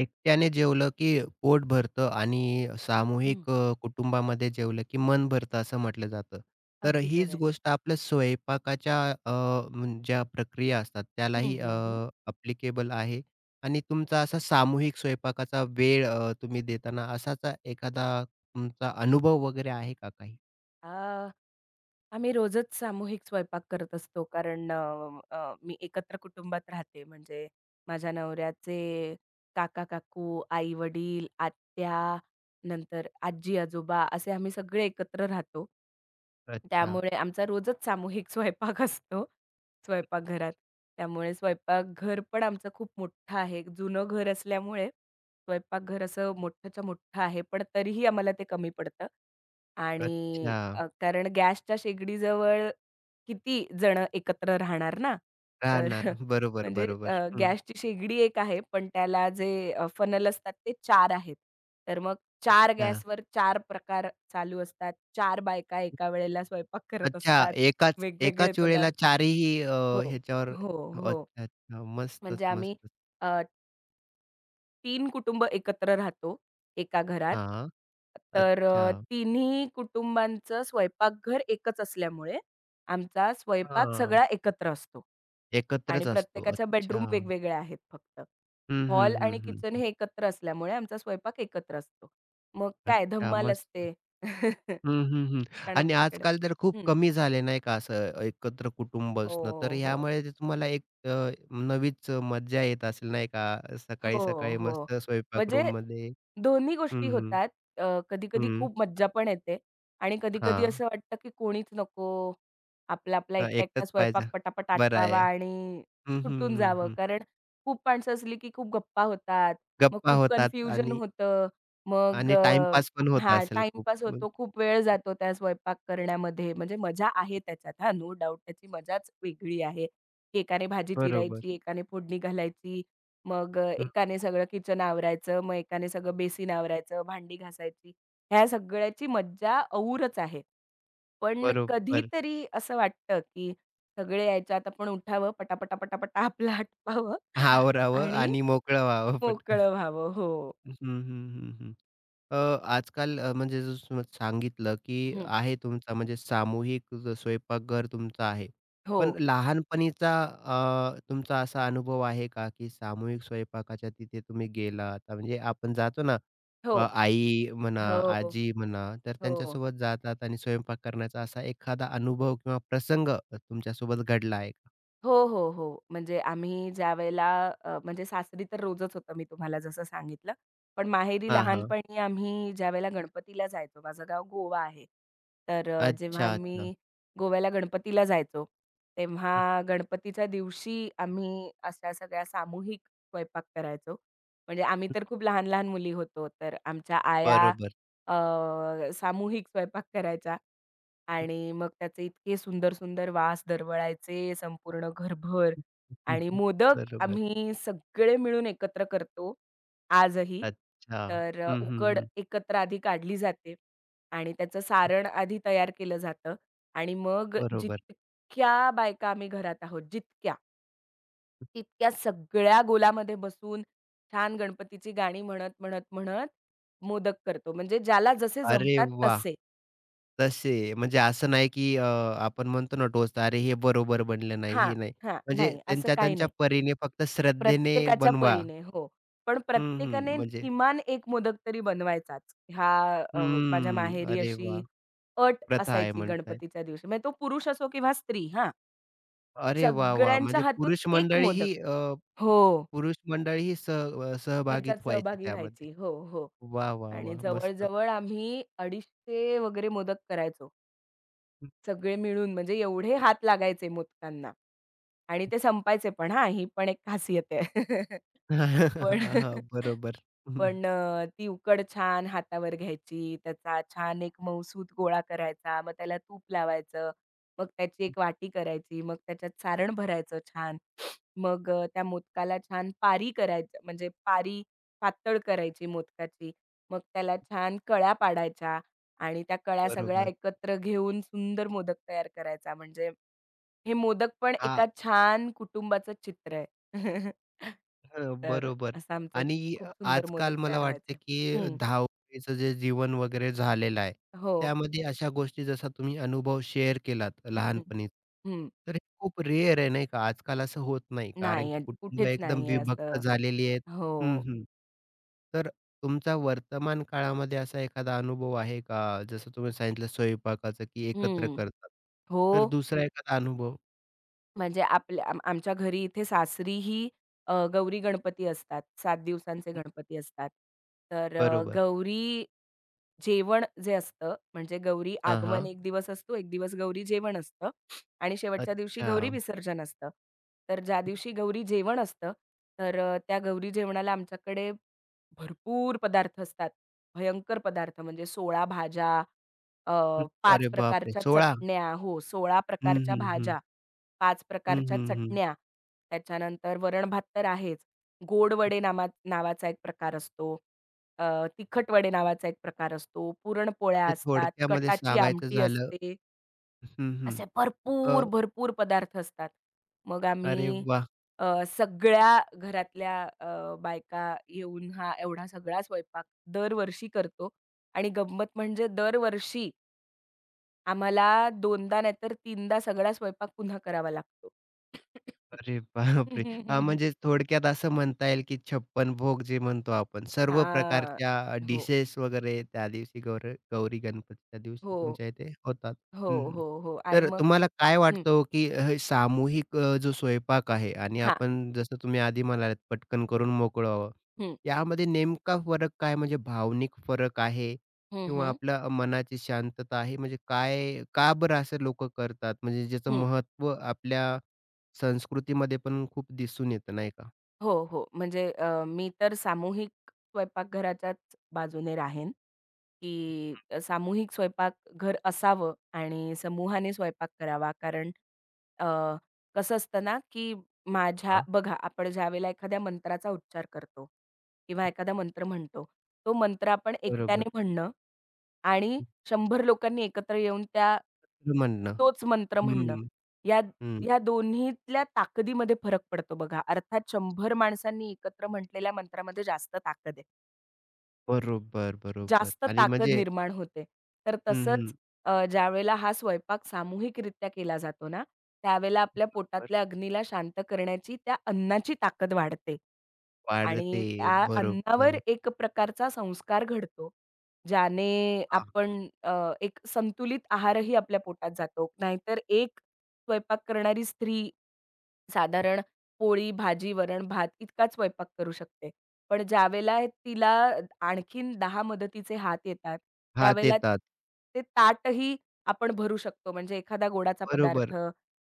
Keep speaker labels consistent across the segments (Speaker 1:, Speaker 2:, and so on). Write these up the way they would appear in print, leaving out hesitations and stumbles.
Speaker 1: एकट्याने जेवलं की पोट भरतं आणि
Speaker 2: हं.
Speaker 1: सामूहिक कुटुंबामध्ये जेवलं की मन भरतं असं म्हटलं जातं. तर
Speaker 2: अगदी खरं
Speaker 1: हीच
Speaker 2: आहे.
Speaker 1: गोष्ट आपल्या स्वयंपाकाच्या अ, ज्या प्रक्रिया असतात
Speaker 2: हं,
Speaker 1: त्यालाही
Speaker 2: हं, हं.
Speaker 1: आहे आणि तुमचा असा सामूहिक स्वयंपाकाचा वेळ तुम्ही देताना असाचा एखादा तुमचा अनुभव वगैरे आहे का काही?
Speaker 2: अ, आम्ही रोजच सामूहिक स्वयंपाक करत असतो. कारण अ, अ, मी एकत्र कुटुंबात राहते. म्हणजे माझ्या नवऱ्याचे काका-काकू, आई-वडील, आत्या, नंतर आजी-आजोबा असे आम्ही सगळे एकत्र राहतो.
Speaker 1: अच्छा,
Speaker 2: त्यामुळे आमचा रोजच सामूहिक स्वयंपाक असतो स्वयंपाकघरात. त्यामुळे स्वयंपाकघर पण आमचं खूप मोठं आहे. जुनं घर असल्यामुळे स्वयंपाकघर असं मोठंच्या मोठं आहे, पण तरीही आम्हाला ते कमी पडतं. आणि
Speaker 1: अच्छा.
Speaker 2: कारण गॅसच्या शेगडीजवळ किती जणं एकत्र राहणार ना? तर
Speaker 1: राहणार. बरोबर,
Speaker 2: म्हणजे
Speaker 1: बरोबर. हं,
Speaker 2: गॅसची शेगडी एक आहे, पण त्याला जे फनल असतात ते 4 आहेत. तर मग चार
Speaker 1: हां.
Speaker 2: गॅसवर चार प्रकार चालू असतात. 4 बायका एका वेळेला स्वयंपाक करत
Speaker 1: अच्छा.
Speaker 2: असतात.
Speaker 1: एकाच
Speaker 2: वेगवेगळे
Speaker 1: एकाच वेळेला
Speaker 2: पदार्थ.
Speaker 1: चारीही
Speaker 2: हो.
Speaker 1: ह्याच्यावर
Speaker 2: हो, हो.
Speaker 1: अच्छा, अच्छा. मस्तच,
Speaker 2: म्हणजे आम्ही
Speaker 1: मस्तच.
Speaker 2: अ, 3 कुटुंब एकत्र राहतो, एका घरात.
Speaker 1: हां.
Speaker 2: तर
Speaker 1: अच्छा.
Speaker 2: तिन्ही कुटुंबांचं स्वयंपाकघर एकच असल्यामुळे आमचा स्वयंपाक
Speaker 1: हां.
Speaker 2: सगळा एकत्र असतो आणि
Speaker 1: एकत्रच असतो.
Speaker 2: प्रत्येकाच्या
Speaker 1: अच्छा.
Speaker 2: बेडरूम वेगवेगळ्या आहेत फक्त.
Speaker 1: हं, हं,
Speaker 2: हॉल
Speaker 1: हं,
Speaker 2: आणि
Speaker 1: हं,
Speaker 2: किचन
Speaker 1: हं.
Speaker 2: हे एकत्र असल्यामुळे आमचा स्वयंपाक एकत्र असतो. मग काय
Speaker 1: अच्छा
Speaker 2: धमाल
Speaker 1: मस्त.
Speaker 2: असते.
Speaker 1: हं, हं, हं.
Speaker 2: कारण
Speaker 1: आणि
Speaker 2: आमच्याकडे
Speaker 1: आजकाल तर खूप
Speaker 2: हं.
Speaker 1: कमी झाले नाही का असं एकत्र कुटुंब
Speaker 2: हो,
Speaker 1: असणं. तर
Speaker 2: हो, हो.
Speaker 1: ह्यामुळे ते तुम्हाला एक नवीच मज्जा येत असेल नाही का?
Speaker 2: हो,
Speaker 1: सकाळी-सकाळी
Speaker 2: हो.
Speaker 1: मस्त स्वयंपाक
Speaker 2: म्हणजे
Speaker 1: रूममध्ये
Speaker 2: दोन्ही गोष्टी
Speaker 1: हं, हं.
Speaker 2: होतात. कधी-कधी
Speaker 1: हं.
Speaker 2: खूप मज्जा पण येते आणि कधी-कधी
Speaker 1: हां.
Speaker 2: असं वाटतं, की कोणीच नको. आपला-आपला
Speaker 1: अ,
Speaker 2: एकटा-एकटा
Speaker 1: एकटंच
Speaker 2: स्वयंपाक
Speaker 1: पाहिजे.
Speaker 2: पटापट
Speaker 1: बरं
Speaker 2: आटपावा
Speaker 1: आहे.
Speaker 2: आणि
Speaker 1: हं, हं,
Speaker 2: सुटून
Speaker 1: हं,
Speaker 2: जावं.
Speaker 1: हं.
Speaker 2: कारण खूप माणसं असली, की खूप गप्पा होतात. मग
Speaker 1: गप्पा
Speaker 2: खूप
Speaker 1: होतात
Speaker 2: कन्फ्युजन
Speaker 1: आणि
Speaker 2: होतं. मग
Speaker 1: आणि
Speaker 2: अ,
Speaker 1: टाईमपास पण होत
Speaker 2: हां,
Speaker 1: असेल खूप.
Speaker 2: टाईमपास
Speaker 1: मग
Speaker 2: होतो. खूप वेळ जातो त्या स्वयंपाक करण्यामध्ये. म्हणजे मजा आहे त्याच्यात हां, नो डाउट त्याची मजाच वेगळी आहे, की एकाने भाजी
Speaker 1: बरोबर.
Speaker 2: चिरायची, एकाने फोडणी घालायची. मग
Speaker 1: हं,
Speaker 2: एकाने सगळं किचन आवरायचं, मग एकाने सगळं बेसिन आवरायचं, भांडी घासायची. ह्या सगळ्याची मज्जा औरच आहे. पण
Speaker 1: बरोबर.
Speaker 2: कधीतरी असं वाटतं, की सगळे याच्यात आपण उठावं, पटापटा, पटापटा आपलं आटपावं
Speaker 1: आवरावं
Speaker 2: आणि
Speaker 1: आणि मोकळं व्हावं पटकन.
Speaker 2: मोकळं व्हावं. हो.
Speaker 1: हं, हं, हं, हं. अ, आजकाल म्हणजे जसं तुम्ही सांगितलं, की
Speaker 2: हं.
Speaker 1: आहे तुमचा म्हणजे सामूहिक स्वयंपाकघर तुमचं आहे. पण
Speaker 2: हो,
Speaker 1: लहानपणीचा तुमचा असा अनुभव आहे का, की सामूहिक स्वयंपाकाच्या तिथे तुम्ही गेलात? म्हणजे आपण जातो ना,
Speaker 2: हो,
Speaker 1: आई म्हणा,
Speaker 2: हो,
Speaker 1: आजी म्हणा, तर
Speaker 2: हो,
Speaker 1: त्यांच्यासोबत जातात आणि स्वयंपाक करण्याचा असा एखादा अनुभव किंवा प्रसंग तुमच्यासोबत घडला आहे का?
Speaker 2: हो, हो, हो, हो. म्हणजे आम्ही ज्यावेळेला म्हणजे सासरी तर रोजच होतं, मी तुम्हाला जसं सांगितलं. पण माहेरी
Speaker 1: हां, हां.
Speaker 2: लहानपणी आम्ही ज्यावेळेला गणपतीला जायचो, माझं गाव गोवा आहे. तर जेव्हा
Speaker 1: अच्छा, अच्छा.
Speaker 2: मी गोव्याला गणपतीला जायचो,
Speaker 1: हं,
Speaker 2: तेव्हा गणपतीच्या दिवशी आम्ही अशा सगळ्या सामूहिक स्वयंपाक करायचो. म्हणजे आम्ही तर खूप लहान-लहान मुली होतो. तर आमच्या आया
Speaker 1: बरोबर.
Speaker 2: अ, सामूहिक स्वयंपाक करायच्या
Speaker 1: हं,
Speaker 2: आणि मग त्याचे इतके सुंदर-सुंदर वास दरवळायचे संपूर्ण घरभर
Speaker 1: हं,
Speaker 2: आणि
Speaker 1: हं.
Speaker 2: मोदक
Speaker 1: बरोबर.
Speaker 2: आम्ही सगळे मिळून एकत्र करतो आजही.
Speaker 1: अच्छा.
Speaker 2: तर
Speaker 1: हं, हं,
Speaker 2: उकड
Speaker 1: हं.
Speaker 2: एकत्र आधी काढली जाते. आणि त्याचं सारण आधी तयार केलं जातं आणि मग
Speaker 1: बरोबर.
Speaker 2: जितक्या बायका आम्ही घरात आहोत, जितक्या, तितक्या सगळ्या गोलामध्ये बसून छान गणपतीची गाणी म्हणत, म्हणत, म्हणत मोदक करतो. म्हणजे ज्याला जसे
Speaker 1: अरे
Speaker 2: जमतात
Speaker 1: वाह!
Speaker 2: तसे.
Speaker 1: तसे म्हणजे असं नाही, की आपण म्हणतो ना टोचता, "अरे हे बरोबर बनलं नाही,
Speaker 2: हां,
Speaker 1: हे नाही."
Speaker 2: हां.
Speaker 1: म्हणजे
Speaker 2: नाही, असं
Speaker 1: त्यांच्या
Speaker 2: काही
Speaker 1: त्यांच्या
Speaker 2: नाही.
Speaker 1: परीने फक्त श्रद्धेने
Speaker 2: प्रत्येकाच्या
Speaker 1: बनवा.
Speaker 2: परीने. हो. पण
Speaker 1: हं,
Speaker 2: प्रत्येकाने
Speaker 1: हं. म्हणजे
Speaker 2: किमान एक मोदक तरी बनवायचाच. ह्या अ, माझ्या
Speaker 1: हम्म.
Speaker 2: माहेरी
Speaker 1: अरे वाह!
Speaker 2: अशी अट
Speaker 1: प्रथा आहे
Speaker 2: असायची
Speaker 1: म्हणताय.
Speaker 2: गणपतीच्या दिवशी. म्हणजे तो पुरुष असो किंवा स्त्री हां.
Speaker 1: अरे वाह, वाह!
Speaker 2: सगळ्यांच्या
Speaker 1: म्हणजे
Speaker 2: हातून
Speaker 1: पुरुष
Speaker 2: एक मोदक.
Speaker 1: मंडळीही
Speaker 2: हो,
Speaker 1: पुरुष मंडळीही
Speaker 2: ह्याच्यात
Speaker 1: सहभागीत व्हायची
Speaker 2: सहभागी
Speaker 1: त्यामध्ये.
Speaker 2: व्हायची. हो, हो.
Speaker 1: वाह, वाह,
Speaker 2: आणि
Speaker 1: वाह! मस्तच.
Speaker 2: जवळ-जवळ आम्ही 250 वगैरे मोदक करायचो.
Speaker 1: हं.
Speaker 2: सगळे मिळून म्हणजे एवढे हात लागायचे मोदकांना. आणि ते संपायचे पण हां, ही पण एक खासियत आहे. पण
Speaker 1: हां, हां. बरोबर. हं,
Speaker 2: पण अ, ती उकड छान हातावर घ्यायची, त्याचा छान एक मऊसूत गोळा करायचा, मग त्याला तूप लावायचं, मग त्याची एक वाटी करायची, मग त्याच्यात सारण भरायचं छान. मग त्या मोदकाला छान पारी करायचं म्हणजे पारी पातळ करायची मोदकाची. मग त्याला छान कळ्या पाडायच्या आणि त्या कळ्या सगळ्या
Speaker 1: बरोबर.
Speaker 2: एकत्र घेऊन सुंदर मोदक तयार करायचा. म्हणजे हे मोदक पण
Speaker 1: हां.
Speaker 2: एका छान कुटुंबाचं चित्र आहे.
Speaker 1: हं,
Speaker 2: तर
Speaker 1: बरोबर
Speaker 2: असा आमचा
Speaker 1: आणि
Speaker 2: खूप सुंदर मोदक
Speaker 1: आजकाल मला
Speaker 2: तयार
Speaker 1: वाटतं,
Speaker 2: व्हायचे.
Speaker 1: की
Speaker 2: हं,
Speaker 1: धावपळीचं जे जीवन वगैरे झालेलं आहे,
Speaker 2: हो.
Speaker 1: त्यामध्ये अशा गोष्टी जसा तुम्ही अनुभव शेअर केलात
Speaker 2: हं,
Speaker 1: लहानपणीचा,
Speaker 2: हं.
Speaker 1: तर हे खूप रेअर आहे नाही का? आजकाल असं होत नाही, कारण
Speaker 2: नाही
Speaker 1: की
Speaker 2: आहे,
Speaker 1: कुटुंब
Speaker 2: कुठेच
Speaker 1: एकदम
Speaker 2: नाही आहे
Speaker 1: विभक्त
Speaker 2: असं.
Speaker 1: झालेली आहेत. हं,
Speaker 2: हो.
Speaker 1: हं. तर तुमचा वर्तमान काळामध्ये असा एखादा अनुभव आहे का? जसं तुम्ही सांगितलं स्वयंपाकाचं, की एकत्र
Speaker 2: हं.
Speaker 1: करतात.
Speaker 2: हो,
Speaker 1: तर दुसरा एखादा अनुभव
Speaker 2: म्हणजे आपल्या आम आमच्या घरी इथे सासरीही गौरी गणपती असतात. 7 दिवसांचे गणपती असतात. तर
Speaker 1: बरोबर.
Speaker 2: गौरी जेवण जे असतं, म्हणजे गौरी
Speaker 1: हां,
Speaker 2: आगमन
Speaker 1: हां.
Speaker 2: 1 दिवस असतो, 1 दिवस गौरी जेवण असतं आणि शेवटच्या दिवशी
Speaker 1: अच्छा.
Speaker 2: गौरी विसर्जन असतं. तर ज्या दिवशी गौरी जेवण असतं, तर त्या गौरी जेवणाला आमच्याकडे भरपूर पदार्थ असतात. भयंकर पदार्थ म्हणजे 16 भाज्या, अ,
Speaker 1: हं,
Speaker 2: 5
Speaker 1: अरे बापरे!
Speaker 2: प्रकारच्या
Speaker 1: 16
Speaker 2: चटण्या हो, 16
Speaker 1: हं,
Speaker 2: प्रकारच्या
Speaker 1: हं, हं.
Speaker 2: भाज्या, 5
Speaker 1: हं,
Speaker 2: प्रकारच्या
Speaker 1: हं, हं.
Speaker 2: चटण्या, त्याच्यानंतर वरण-भात तर आहेच. गोड वडे नामा नावाचा एक प्रकार असतो. तिखट वडे नावाचा एक प्रकार असतो. पुरणपोळ्या
Speaker 1: म्हणजे
Speaker 2: असतात,
Speaker 1: थोडक्यामध्ये
Speaker 2: कटाची
Speaker 1: सांगायचं
Speaker 2: आमटी
Speaker 1: झालं
Speaker 2: असते.
Speaker 1: हं, हं.
Speaker 2: असे
Speaker 1: अ,
Speaker 2: भरपूर, भरपूर पदार्थ असतात. मग
Speaker 1: अरे
Speaker 2: आम्ही
Speaker 1: वाह!
Speaker 2: अ, सगळ्या घरातल्या अ, बायका येऊन हा एवढा सगळा स्वयंपाक दरवर्षी करतो आणि गंमत म्हणजे दरवर्षी आम्हाला 2दा नाहीतर 3दा सगळा स्वयंपाक पुन्हा करावा लागतो.
Speaker 1: अरे बापरे! हां, म्हणजे थोडक्यात असं म्हणता येईल, की छप्पन भोग जे म्हणतो आपण, सर्व
Speaker 2: हां.
Speaker 1: प्रकारच्या
Speaker 2: हो,
Speaker 1: डिशेस वगैरे त्या दिवशी गौरी गणपतीच्या दिवशी
Speaker 2: हो,
Speaker 1: तुमच्या इथे होतात.
Speaker 2: हो,
Speaker 1: हं,
Speaker 2: हो, हो आणि
Speaker 1: तर
Speaker 2: मग
Speaker 1: तुम्हाला काय
Speaker 2: हं,
Speaker 1: वाटतं हो, की हे सामूहिक जो स्वयंपाक आहे आणि
Speaker 2: हां,
Speaker 1: आपण जसं तुम्ही आधी म्हणालात, पटकन करून मोकळं व्हावं. यामध्ये नेमका फरक काय म्हणजे भावनिक फरक आहे
Speaker 2: हं,
Speaker 1: किंवा
Speaker 2: हं,
Speaker 1: आपल्या मनाची शांतता आहे? म्हणजे काय का बरं असं लोकं करतात? म्हणजे ज्याचं
Speaker 2: हं.
Speaker 1: महत्त्व आपल्या संस्कृतीमध्ये पण खूप दिसून येतं नाही का?
Speaker 2: हो, हो. म्हणजे मी तर सामूहिक स्वयंपाकघराच्याच बाजूने राहेन, की सामूहिक स्वयंपाकघर असावं आणि समूहाने स्वयंपाक करावा. कारण अ, कसं असतं ना, की माझ्या
Speaker 1: हां.
Speaker 2: बघा, आपण ज्यावेळेला एखाद्या मंत्राचा उच्चार करतो किंवा एखादा मंत्र म्हणतो, तो मंत्र आपण एकट्याने
Speaker 1: बरोबर.
Speaker 2: म्हणणं आणि 100 लोकांनी एकत्र येऊन त्या
Speaker 1: दुसरं म्हणणं.
Speaker 2: तोच मंत्र म्हणणं,
Speaker 1: हं,
Speaker 2: यात
Speaker 1: हं.
Speaker 2: ह्या दोन्हीतल्या ताकदीमध्ये फरक पडतो बघा. अर्थात 100 माणसांनी एकत्र म्हटलेल्या मंत्रामध्ये जास्त ताकद आहे.
Speaker 1: बरोबर, बरोबर
Speaker 2: जास्त
Speaker 1: आणि
Speaker 2: ताकद
Speaker 1: म्हणजे
Speaker 2: निर्माण होते. तर
Speaker 1: हं,
Speaker 2: तसंच
Speaker 1: हं.
Speaker 2: ज्यावेळेला हा स्वयंपाक सामूहिकरित्या केला जातो ना, त्यावेळेला आपल्या
Speaker 1: बरं
Speaker 2: पोटातल्या अग्नीला शांत करण्याची त्या अन्नाची ताकद वाढते. आणि
Speaker 1: वाढते.
Speaker 2: त्या अन्नावर
Speaker 1: बरोबर.
Speaker 2: एक प्रकारचा संस्कार घडतो. ज्याने
Speaker 1: हां,
Speaker 2: आपण एक संतुलित आहारही आपल्या पोटात जातो. नाहीतर एक स्वयंपाक करणारी स्त्री साधारण पोळी, भाजी, वरण-भात इतकाच स्वयंपाक करू शकते. पण ज्यावेळेला तिला आणखीन 10 मदतीचे हात येतात,
Speaker 1: हां. ते
Speaker 2: त्यावेळेला ते ताटही आपण भरू शकतो. म्हणजे एखादा गोडाचा
Speaker 1: बरोबर.
Speaker 2: पदार्थ,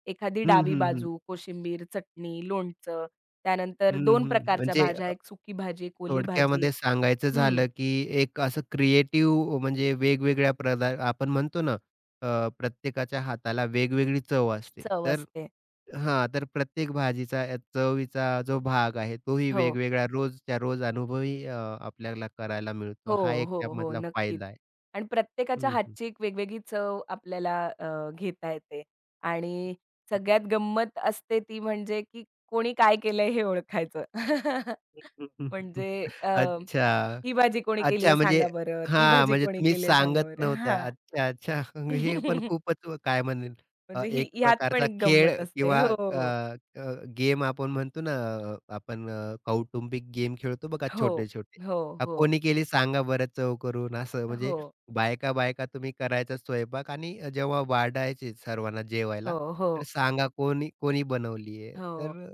Speaker 2: एखादी
Speaker 1: हं,
Speaker 2: डावी
Speaker 1: हं, हं.
Speaker 2: बाजू, कोशिंबीर, चटणी, लोणचं, त्यानंतर
Speaker 1: हं,
Speaker 2: दोन
Speaker 1: हं.
Speaker 2: प्रकारच्या
Speaker 1: म्हणजे
Speaker 2: भाज्या, एक सुकी भाजी, एक ओली भाजी.
Speaker 1: थोडक्यामध्ये सांगायचं
Speaker 2: हं,
Speaker 1: झालं, की एक असं क्रिएटिव्ह म्हणजे वेगवेगळ्या आपण म्हणतो ना, प्रत्येकाच्या हाताला वेगवेगळी चव असते.
Speaker 2: चव
Speaker 1: तर
Speaker 2: असते.
Speaker 1: हां, तर प्रत्येक भाजीचा चवीचा जो भाग आहे, तोही
Speaker 2: हो.
Speaker 1: वेगवेगळा रोजच्या रोज अनुभवही आपल्याला करायला मिळतो.
Speaker 2: हो,
Speaker 1: हा एक
Speaker 2: हो, हो.
Speaker 1: त्यामधला
Speaker 2: नक्कीच.
Speaker 1: फायदा आहे.
Speaker 2: आणि प्रत्येकाच्या
Speaker 1: हं, हं.
Speaker 2: हातची एक वेगवेगळी चव आपल्याला घेता येते आणि सगळ्यात गंमत असते ती म्हणजे की कोणी काय केलंय हे ओळखायचं. म्हणजे अ,
Speaker 1: अच्छा.
Speaker 2: ही भाजी कोणी केली
Speaker 1: अच्छा,
Speaker 2: आहे
Speaker 1: म्हणजे
Speaker 2: सांगा बरं, ती
Speaker 1: हां,
Speaker 2: भाजी
Speaker 1: म्हणजे
Speaker 2: कोणी
Speaker 1: तुम्ही
Speaker 2: केली आहे सांगा
Speaker 1: सांगत
Speaker 2: बरं.
Speaker 1: नव्हत्या.
Speaker 2: हां.
Speaker 1: अच्छा, अच्छा. हे पण खूपच काय म्हणेल
Speaker 2: म्हणजे ही
Speaker 1: एक
Speaker 2: ह्यात पण
Speaker 1: प्रकारचा
Speaker 2: एक
Speaker 1: खेळ
Speaker 2: गंमत असते.
Speaker 1: किंवा अ,
Speaker 2: हो.
Speaker 1: अ, गेम आपण म्हणतो ना, आपण कौटुंबिक गेम खेळतो बघा
Speaker 2: हो.
Speaker 1: छोटे-छोटे.
Speaker 2: हो, हो.
Speaker 1: कोणी केली सांगा बरं चव करून असं म्हणजे
Speaker 2: हो.
Speaker 1: बायका-बायका तुम्ही करायचा स्वयंपाक आणि जेव्हा वाढायचे सर्वांना जेवायला,
Speaker 2: हो, हो.
Speaker 1: तर सांगा कोणी कोणी बनवली आहे?
Speaker 2: हो.
Speaker 1: तर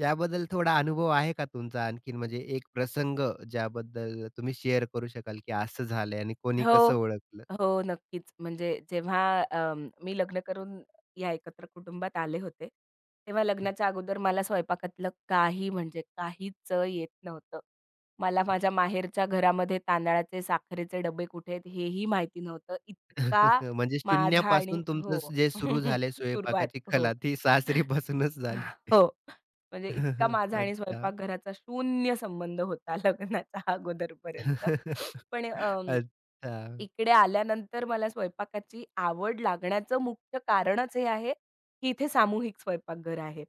Speaker 1: याबद्दल थोडा अनुभव आहे का तुमचा आणखीन? म्हणजे एक प्रसंग ज्याबद्दल तुम्ही शेअर करू शकाल, की असं झालंय आणि कोणी
Speaker 2: हो,
Speaker 1: कसं ओळखलं?
Speaker 2: हो, नक्कीच. म्हणजे जेव्हा मी लग्न करून या एकत्र कुटुंबात आले होते, तेव्हा लग्नाच्या अगोदर मला स्वयंपाकातलं काही म्हणजे काहीच येत नव्हतं. मला माझ्या माहेरच्या घरामध्ये तांदळाचे, साखरेचे डबे कुठे आहेत हेही माहिती नव्हतं. इतका
Speaker 1: म्हणजे
Speaker 2: माझा आणि
Speaker 1: शून्यापासून तुमचं
Speaker 2: हो,
Speaker 1: जे सुरू झालंय
Speaker 2: सुरुवात
Speaker 1: स्वयंपाकाची
Speaker 2: हो.
Speaker 1: कला ती सासरीपासूनच झाली.
Speaker 2: हो, म्हणजे इतका माझा आणि
Speaker 1: अच्छा.
Speaker 2: स्वयंपाकघराचा शून्य संबंध होता लग्नाच्या अगोदरपर्यंत. पण
Speaker 1: अच्छा.
Speaker 2: इकडे आल्यानंतर मला स्वयंपाकाची आवड लागण्याचं मुख्य कारणच हे आहे, की इथे सामूहिक स्वयंपाकघर आहे.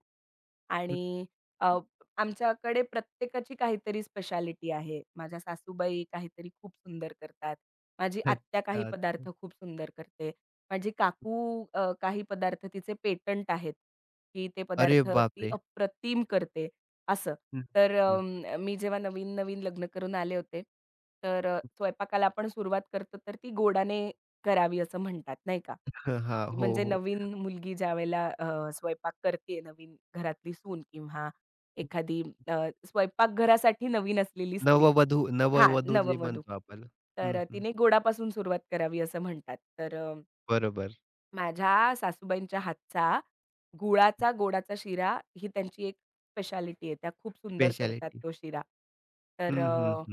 Speaker 2: आणि अ, आमच्याकडे प्रत्येकाची काहीतरी स्पेशालिटी आहे. माझ्या सासूबाई काहीतरी खूप सुंदर करतात. माझी आत्या
Speaker 1: अच्छा,
Speaker 2: काही
Speaker 1: अच्छा.
Speaker 2: पदार्थ खूप सुंदर करते. माझी काकू काही पदार्थ तिचे पेटंट आहेत, की ते
Speaker 1: अरे
Speaker 2: पदार्थ ती
Speaker 1: बापरे!
Speaker 2: अप्रतिम करते. असं.
Speaker 1: हं,
Speaker 2: तर
Speaker 1: हं.
Speaker 2: मी जेव्हा नवीन-नवीन लग्न करून आले होते, तर स्वयंपाकाला आपण सुरुवात करतो, तर ती गोडाने करावी असं म्हणतात, नाही का?
Speaker 1: हां, हो,
Speaker 2: म्हणजे
Speaker 1: हो.
Speaker 2: नवीन मुलगी ज्यावेळेला स्वयंपाक करते, नवीन घरातली सून किंवा एखादी अ, स्वयंपाकघरासाठी नवीन असलेली स्त्री.
Speaker 1: नववधू
Speaker 2: हां,
Speaker 1: नववधू जे
Speaker 2: नववधू.
Speaker 1: म्हणतो आपण.
Speaker 2: तर
Speaker 1: हं, हं.
Speaker 2: तिने गोडापासून सुरुवात करावी असं म्हणतात. तर
Speaker 1: बरोबर.
Speaker 2: माझ्या सासूबाईंच्या हातचा गुळाचा गोडाचा शिरा ही त्यांची एक स्पेशालिटी आहे. त्या खूप सुंदर करतात
Speaker 1: स्पेशालिटी.
Speaker 2: तो शिरा. तर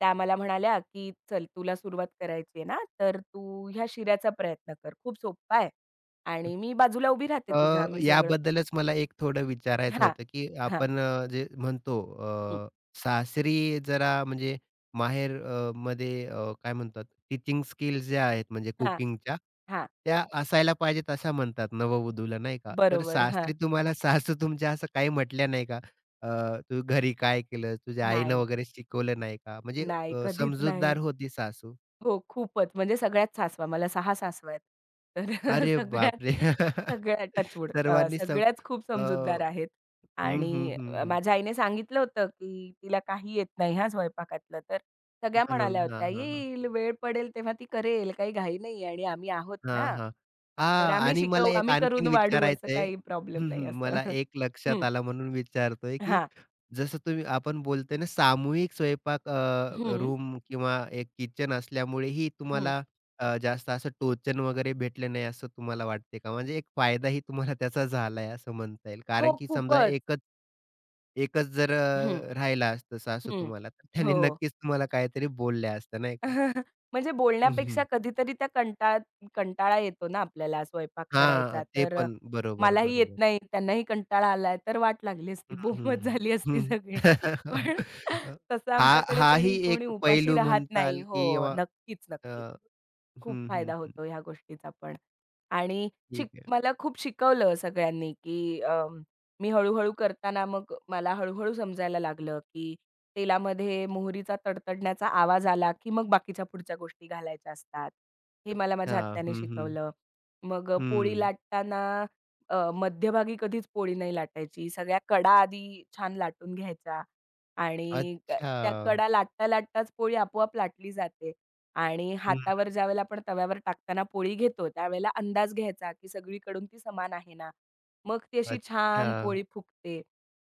Speaker 2: त्या मला म्हणाल्या, की "चल तुला सुरुवात करायची आहे ना, तर तू ह्या शिऱ्याचा प्रयत्न कर. खूप सोप्पा आहे आणि मी बाजूला उभी राहते
Speaker 1: अ,
Speaker 2: तुझ्या. मी सगळं"
Speaker 1: याबद्दलच मला एक थोडं विचारायचं
Speaker 2: हां,
Speaker 1: होतं, की
Speaker 2: हां,
Speaker 1: आपण जे म्हणतो
Speaker 2: हं,
Speaker 1: सासरी जरा म्हणजे माहेर मध्ये काय म्हणतात टीचिंग स्किल्स ज्या आहेत म्हणजे
Speaker 2: हां,
Speaker 1: कुकिंगच्या,
Speaker 2: हां,
Speaker 1: त्या असायला पाहिजेत असं म्हणतात नववधूला नाही का? तर
Speaker 2: बरोबर. हां.
Speaker 1: सासरी तुम्हाला सासू तुमच्या असं काही म्हटल्या नाही का? अ, "तू घरी काय केलंस? तुझ्या आईनं
Speaker 2: नाही,
Speaker 1: वगैरे शिकवलं नाही का?" म्हणजे
Speaker 2: नाही, कधीच नाही.
Speaker 1: समजूतदार होती सासू.
Speaker 2: हो, खूपच. म्हणजे सगळ्यात सासवा. मला सहा सासवा आहेत. तर
Speaker 1: अरे
Speaker 2: सगळ्याच
Speaker 1: बापरे!
Speaker 2: सगळ्या टचवूड
Speaker 1: सर्वांनी सम
Speaker 2: सगळ्याच खूप
Speaker 1: अ,
Speaker 2: समजूतदार आहेत.
Speaker 1: हं, हं,
Speaker 2: आणि
Speaker 1: हं, हं.
Speaker 2: माझ्या आईने सांगितलं होतं, की तिला काही येत नाही हां, स्वयंपाकातलं. तर सगळ्या
Speaker 1: म्हणून.
Speaker 2: म्हणाल्या
Speaker 1: हां,
Speaker 2: होत्या,
Speaker 1: हां, हां.
Speaker 2: "येईल, वेळ पडेल तेव्हा ती करेल, काही घाई नाही आणि आम्ही आहोत
Speaker 1: हां,
Speaker 2: ना.
Speaker 1: हां.
Speaker 2: तर
Speaker 1: हां
Speaker 2: आम्ही
Speaker 1: आणि मला
Speaker 2: शिकवू,
Speaker 1: एक
Speaker 2: आम्ही करून
Speaker 1: आणखीन
Speaker 2: वाढू, असं
Speaker 1: विचारायचंय
Speaker 2: काही प्रॉब्लेम
Speaker 1: हं, हं.
Speaker 2: नाही." असं.
Speaker 1: मला एक लक्षात
Speaker 2: हं.
Speaker 1: आलं म्हणून विचारतोय, की
Speaker 2: हां.
Speaker 1: जसं तुम्ही आपण बोलतोय ना सामूहिक स्वयंपाक
Speaker 2: हं,
Speaker 1: रूम किंवा एक किचन असल्यामुळेही
Speaker 2: हं.
Speaker 1: तुम्हाला जास्त असं टोचन वगैरे भेटले नाही असं तुम्हाला वाटते का? म्हणजे एक फायदाही तुम्हाला त्याचा झालाय असं म्हणता येईल.
Speaker 2: हो,
Speaker 1: कारण की समजा
Speaker 2: खूपच.
Speaker 1: एकच एकच जर
Speaker 2: हं,
Speaker 1: राहिला असतं सासू
Speaker 2: हं.
Speaker 1: तुम्हाला तर त्याने
Speaker 2: हो.
Speaker 1: नक्कीच तुम्हाला काहीतरी बोलल्या असत्या नाही का?
Speaker 2: म्हणजे बोलण्यापेक्षा कधीतरी त्या कंटाळा येतो ना आपल्याला स्वयंपाक करायचा,
Speaker 1: हां, ते
Speaker 2: तर
Speaker 1: पण. बरोबर,
Speaker 2: मलाही येत
Speaker 1: बरोबर.
Speaker 2: नाही, त्यांनाही कंटाळा आलाय, तर वाट लागली असती,
Speaker 1: हं,
Speaker 2: बोंबच
Speaker 1: हं, हं.
Speaker 2: झाली असती
Speaker 1: हं.
Speaker 2: सगळी. पण तसं
Speaker 1: हा
Speaker 2: आमच्याकडे
Speaker 1: हाही
Speaker 2: कणी कोणी
Speaker 1: एक
Speaker 2: उपाशी
Speaker 1: पैलू
Speaker 2: राहत नाही.
Speaker 1: म्हणताल की
Speaker 2: हो,
Speaker 1: किंवा
Speaker 2: नक्कीच,
Speaker 1: अ,
Speaker 2: नक्कीच. खूप
Speaker 1: हं, हं,
Speaker 2: फायदा
Speaker 1: हं.
Speaker 2: होतो ह्या गोष्टीचा पण. आणि
Speaker 1: ठीक आहे.
Speaker 2: मला खूप शिकवलं सगळ्यांनी, की मी हळू करताना मग मला हळू समजायला लागलं, की तेलामध्ये मोहरीचा तडतडण्याचा आवाज आला, की मग बाकीच्या पुढच्या गोष्टी घालायच्या असतात. हे मला माझ्या
Speaker 1: हां.
Speaker 2: आत्याने
Speaker 1: हं, हं.
Speaker 2: शिकवलं. मग पोळी
Speaker 1: हं.
Speaker 2: लाटताना मध्यभागी कधीच पोळी नाही लाटायची. सगळ्या कडा आधी छान लाटून घ्यायच्या आणि त्या
Speaker 1: अच्छा.
Speaker 2: कडा लाटता-लाटताच पोळी आपोआप लाटली जाते आणि
Speaker 1: हं.
Speaker 2: हातावर ज्यावेळेला आपण तव्यावर टाकताना पोळी घेतो, त्यावेळेला अंदाज घ्यायचा, की सगळीकडून ती समान आहे ना? मग ती अशी
Speaker 1: अच्छा.
Speaker 2: छान पोळी फुगते.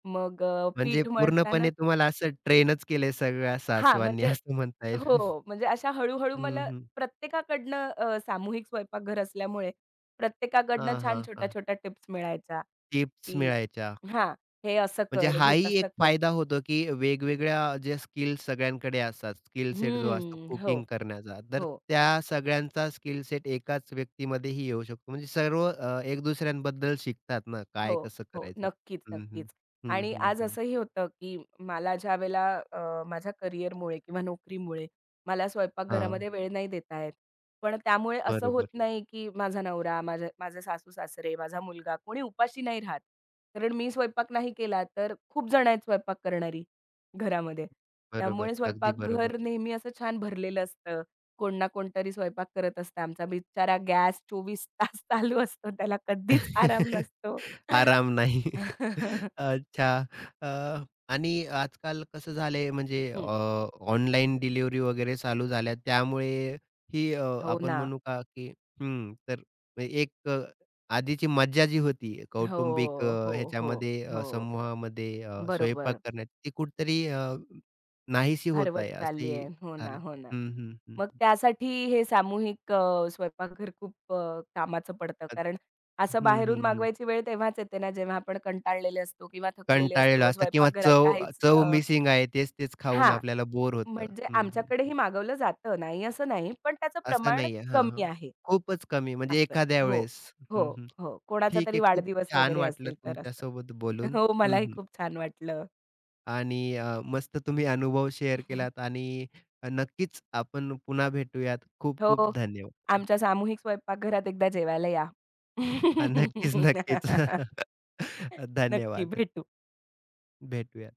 Speaker 2: मग
Speaker 1: म्हणजे
Speaker 2: पीठ मळताना
Speaker 1: पूर्णपणे तुम्हाला असं ट्रेनच केलंय सगळ्या
Speaker 2: हां,
Speaker 1: सासवांनी
Speaker 2: म्हणजे
Speaker 1: असं म्हणता येईल.
Speaker 2: हो, म्हणजे अशा हळू-हळू
Speaker 1: हं,
Speaker 2: मला
Speaker 1: हं.
Speaker 2: सामूहिक स्वयंपाकघर असल्यामुळे प्रत्येकाकडनं
Speaker 1: हां, हां,
Speaker 2: छान
Speaker 1: हां.
Speaker 2: छोट्या-छोट्या टिप्स मिळायच्या,
Speaker 1: टिप्स
Speaker 2: की
Speaker 1: मिळायच्या.
Speaker 2: हां, हे असं
Speaker 1: म्हणजे
Speaker 2: कर, हे
Speaker 1: हाही एक
Speaker 2: तसं कर.
Speaker 1: फायदा होतो, की वेगवेगळ्या जे स्किल्स सगळ्यांकडे असतात, स्किल सेट जो असतो
Speaker 2: हं, हो,
Speaker 1: कुकिंग करण्याचा, तर
Speaker 2: हो.
Speaker 1: त्या सगळ्यांचा स्किल सेट एकाच व्यक्तीमध्येही येऊ शकतो. म्हणजे सर्व एक दुसऱ्यांबद्दल शिकतात ना,
Speaker 2: हो,
Speaker 1: काय कसं
Speaker 2: हो.
Speaker 1: करायचं?
Speaker 2: नक्कीच,
Speaker 1: हं, हं.
Speaker 2: नक्कीच.
Speaker 1: हं,
Speaker 2: आणि
Speaker 1: हं,
Speaker 2: आज
Speaker 1: हं.
Speaker 2: असंही होतं, की मला ज्यावेळेला माझ्या करिअरमुळे किंवा नोकरीमुळे मला
Speaker 1: हां.
Speaker 2: स्वयंपाकघरामध्ये वेळ नाही देता येत. पण त्यामुळे असं होत
Speaker 1: बरोबर,
Speaker 2: नाही, की माझा नवरा, माझे माझे सासू-सासरे, माझा मुलगा कोणी उपाशी नाही राहत. कारण मी स्वयंपाक नाही केला, तर खूप जण आहेत स्वयंपाक करणारी घरामध्ये.
Speaker 1: बरोबर.
Speaker 2: त्यामुळे
Speaker 1: अगदी बरोबर.
Speaker 2: स्वयंपाकघर नेहमी असं छान भरलेलं असतं. कोण ना कोणतरी स्वयंपाक करत असतं. आमचा बिचारा गॅस 24 तास चालू असतो. त्याला कधीच आराम नसतो.
Speaker 1: आराम नाही. अच्छा. अ, आणि आजकाल कसं झालंय म्हणजे
Speaker 2: हं.
Speaker 1: ऑनलाईन डिलिव्हरी वगैरे चालू झाल्या त्यामुळे ही
Speaker 2: हो
Speaker 1: आपण
Speaker 2: ना.
Speaker 1: म्हणू का की हं, तर एक आधीची मज्जा जी होती
Speaker 2: हो,
Speaker 1: कौटुंबिक
Speaker 2: हो, हो,
Speaker 1: ह्याच्यामध्ये
Speaker 2: हो.
Speaker 1: समूहामध्ये स्वयंपाक
Speaker 2: बरोबर.
Speaker 1: करण्याची ती कुठेतरी नाहीशी होत
Speaker 2: हरवत
Speaker 1: आहे
Speaker 2: चालली
Speaker 1: असंही
Speaker 2: आहे. हो ना,
Speaker 1: झालं.
Speaker 2: हो ना.
Speaker 1: हं, हं,
Speaker 2: मग
Speaker 1: हं.
Speaker 2: त्यासाठी हे सामूहिक स्वयंपाकघर खूप कामाचं पडतं.
Speaker 1: अ,
Speaker 2: कारण असं
Speaker 1: हं,
Speaker 2: बाहेरून
Speaker 1: हं, हं.
Speaker 2: मागवायची वेळ तेव्हाच येते ना, जेव्हा आपण कंटाळलेले असतो किंवा थकलेले
Speaker 1: कंटाळलेलो
Speaker 2: असतो.
Speaker 1: असतो किंवा
Speaker 2: स्वयंपाकघरात
Speaker 1: चव
Speaker 2: काहीच
Speaker 1: चव मिसिंग आहे. तेच-तेच खाऊन
Speaker 2: हां,
Speaker 1: आपल्याला बोर होतं.
Speaker 2: म्हणजे
Speaker 1: हं, हं, हं.
Speaker 2: आमच्याकडेही मागवलं जातं, नाही असं नाही, पण त्याचं
Speaker 1: असं
Speaker 2: प्रमाण
Speaker 1: नाहीये. हां, हां.
Speaker 2: कमी आहे.
Speaker 1: खूपच कमी म्हणजे
Speaker 2: असं.
Speaker 1: एखाद्या
Speaker 2: हो,
Speaker 1: वेळेस.
Speaker 2: हो,
Speaker 1: हं, हं.
Speaker 2: हो. कोणाचा
Speaker 1: ठीक
Speaker 2: तरी
Speaker 1: आहे. खूप
Speaker 2: वाढदिवस
Speaker 1: छान
Speaker 2: वगैरे
Speaker 1: वाटलं
Speaker 2: असेल तर असं.
Speaker 1: तुमच्यासोबत बोलून.
Speaker 2: हो,
Speaker 1: हं,
Speaker 2: मलाही
Speaker 1: हं.
Speaker 2: खूप छान वाटलं.
Speaker 1: आणि मस्त तुम्ही अनुभव शेअर केलात आणि नक्कीच आपण पुन्हा भेटूयात. खूप-खूप
Speaker 2: हो,
Speaker 1: धन्यवाद.
Speaker 2: आमच्या सामूहिक स्वयंपाकघरात एकदा जेवायला या.
Speaker 1: हां, नक्कीच, नक्कीच.
Speaker 2: नक्की
Speaker 1: धन्यवाद.
Speaker 2: भेटू.
Speaker 1: भेटूया.